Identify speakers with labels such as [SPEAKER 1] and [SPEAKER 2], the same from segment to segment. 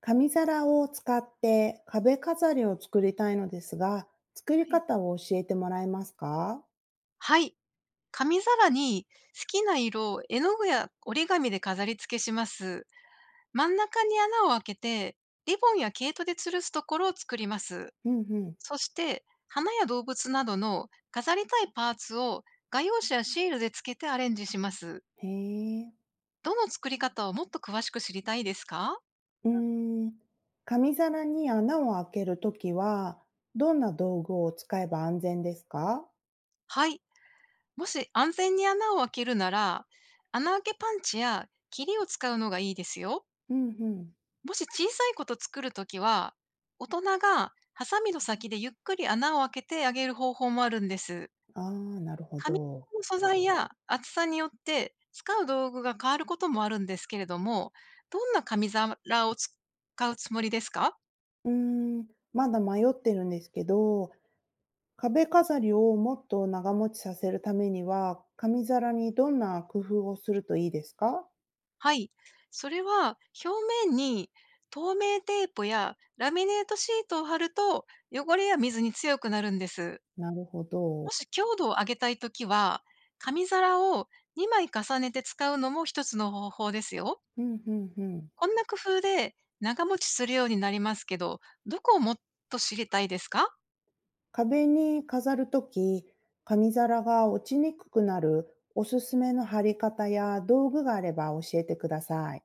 [SPEAKER 1] 紙皿を使って壁飾りを作りたいのですが、作り
[SPEAKER 2] はい。
[SPEAKER 1] 方を教えてもらえますか？
[SPEAKER 2] はい。紙皿に好きな色を絵の具や折り紙で飾り付けします。真ん中に穴を開けて、リボンや毛糸で吊るすところを作ります。
[SPEAKER 1] うんうん。
[SPEAKER 2] そして、花や動物などの飾りたいパーツを画用紙やシールで付けてアレンジします。
[SPEAKER 1] へえ。
[SPEAKER 2] どの作り方をもっと詳しく知りたいですか？
[SPEAKER 1] うーん。紙皿に穴を開けるときは、どんな道具を使えば安全ですか？
[SPEAKER 2] はい。もし安全に穴を開けるなら、穴あけパンチや切りを使うのがいいですよ。
[SPEAKER 1] うんうん。
[SPEAKER 2] もし小さいこと作るときは、大人がハサミの先でゆっくり穴を開けてあげる方法もあるんです。
[SPEAKER 1] ああ、なるほ
[SPEAKER 2] 紙
[SPEAKER 1] ど。
[SPEAKER 2] の素材や厚さによって使う道具が変わることもあるんですけれども、どんな紙皿を使うつもりですか？
[SPEAKER 1] うーん。まだ迷ってるんですけど、壁飾りをもっと長持ちさせるためには、紙皿にどんな工夫をするといいですか？
[SPEAKER 2] はい。それは表面に透明テープやラミネートシートを貼ると汚れや水に強くなるんです。
[SPEAKER 1] なるほど。
[SPEAKER 2] もし強度を上げたいときは、紙皿を2枚重ねて使うのも一つの方法ですよ。
[SPEAKER 1] うんうんうん。
[SPEAKER 2] こんな工夫で長持ちするようになりますけど、どこをもっと知りたいですか？
[SPEAKER 1] 壁に飾るとき、紙皿が落ちにくくなるおすすめの貼り方や道具があれば教えてください。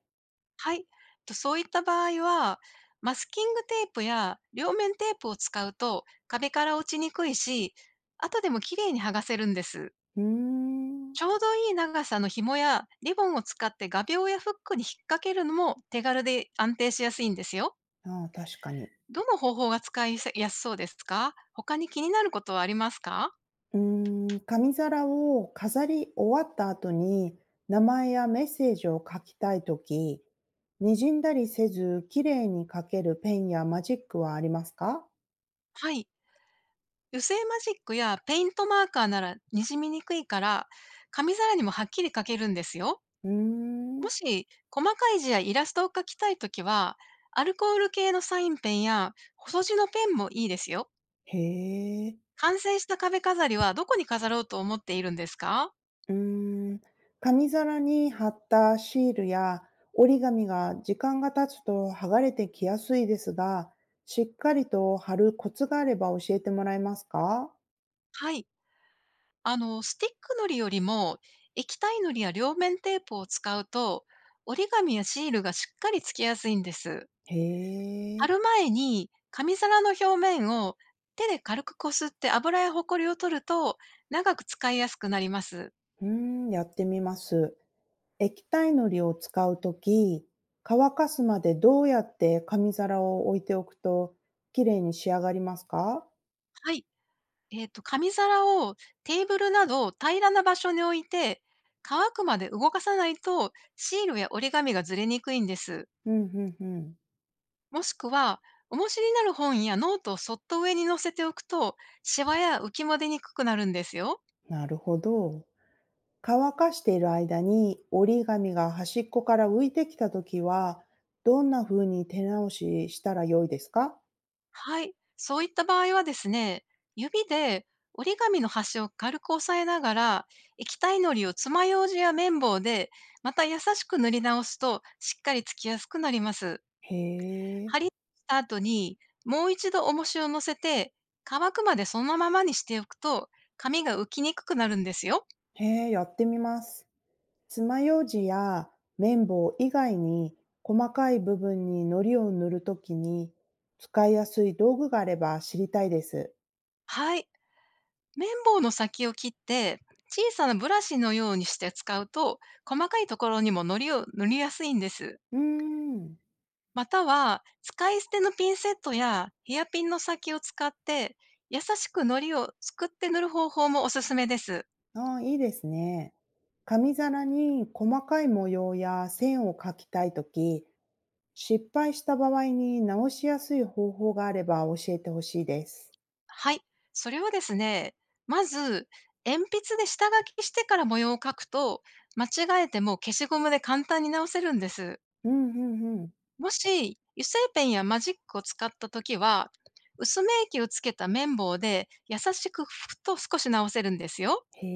[SPEAKER 2] はい。とそういった場合は、マスキングテープや両面テープを使うと壁から落ちにくいし、後でも綺麗に剥がせるんです。
[SPEAKER 1] うーん。
[SPEAKER 2] ちょうどいい長さの紐やリボンを使って画鋲やフックに引っ掛けるのも手軽で安定しやすいんですよ。
[SPEAKER 1] ああ、確かに。
[SPEAKER 2] どの方法が使いやすそうですか？他に気になることはありますか？
[SPEAKER 1] うー紙皿を飾り終わった後に名前やメッセージを書きたいとき、にじんだりせず綺麗に書けるペンやマジックはありますか？
[SPEAKER 2] はい。油性マジックやペイントマーカーならにじみにくいから、紙皿にもはっきり書けるんですよ。
[SPEAKER 1] うーん。
[SPEAKER 2] もし、細かい字やイラストを描きたいときは、アルコール系のサインペンや細字のペンもいいですよ。
[SPEAKER 1] へえ。
[SPEAKER 2] 完成した壁飾りはどこに飾ろうと思っているんですか？
[SPEAKER 1] うーん、紙皿に貼ったシールや折り紙が時間が経つと剥がれてきやすいですが、しっかりと貼るコツがあれば教えてもらえますか？
[SPEAKER 2] はい。あの、スティック糊よりも、液体糊や両面テープを使うと、折り紙やシールがしっかりつきやすいんです。
[SPEAKER 1] へえ、
[SPEAKER 2] 貼る前に、紙皿の表面を手で軽くこすって油やホコリを取ると、長く使いやすくなります。
[SPEAKER 1] うーやってみます。液体のりを使うとき、乾かすまでどうやって紙皿を置いておくと綺麗に仕上がりますか？
[SPEAKER 2] はい。紙皿をテーブルなど平らな場所に置いて、乾くまで動かさないと、シールや折り紙がずれにくいんです。
[SPEAKER 1] うん、うん、うん。
[SPEAKER 2] もしくは、重しになる本やノートをそっと上に載せておくと、シワや浮きも出にくくなるんですよ。
[SPEAKER 1] なるほど。乾かしている間に折り紙が端っこから浮いてきたときは、どんな風に手直ししたら良いですか？
[SPEAKER 2] はい。そういった場合はですね、指で折り紙の端を軽く押さえながら、液体糊を爪楊枝や綿棒で、また優しく塗り直すと、しっかりつきやすくなります。
[SPEAKER 1] へえ。
[SPEAKER 2] 貼りした後に、もう一度重しを乗せて、乾くまでそのままにしておくと、紙が浮きにくくなるんですよ。
[SPEAKER 1] へえ、やってみます。爪楊枝や綿棒以外に、細かい部分に糊を塗るときに、使いやすい道具があれば知りたいです。
[SPEAKER 2] はい。綿棒の先を切って、小さなブラシのようにして使うと、細かいところにも糊を塗りやすいんです。
[SPEAKER 1] うーん。
[SPEAKER 2] または、使い捨てのピンセットやヘアピンの先を使って、優しく糊をすくって塗る方法もおすすめです。
[SPEAKER 1] ああ、いいですね。紙皿に細かい模様や線を描きたいとき、失敗した場合に直しやすい方法があれば教えてほしいです。
[SPEAKER 2] はい。それはですね、まず、鉛筆で下書きしてから模様を描くと、間違えても消しゴムで簡単に直せるんです。
[SPEAKER 1] うんうんうん。
[SPEAKER 2] もし、油性ペンやマジックを使ったときは、薄め液をつけた綿棒で優しく拭くと少し直せるんですよ。
[SPEAKER 1] へ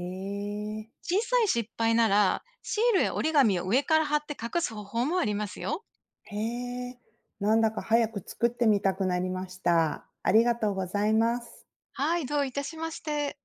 [SPEAKER 1] え、
[SPEAKER 2] 小さい失敗なら、シールや折り紙を上から貼って隠す方法もありますよ。
[SPEAKER 1] へえ。なんだか早く作ってみたくなりました。ありがとうございます。
[SPEAKER 2] はい、どういたしまして。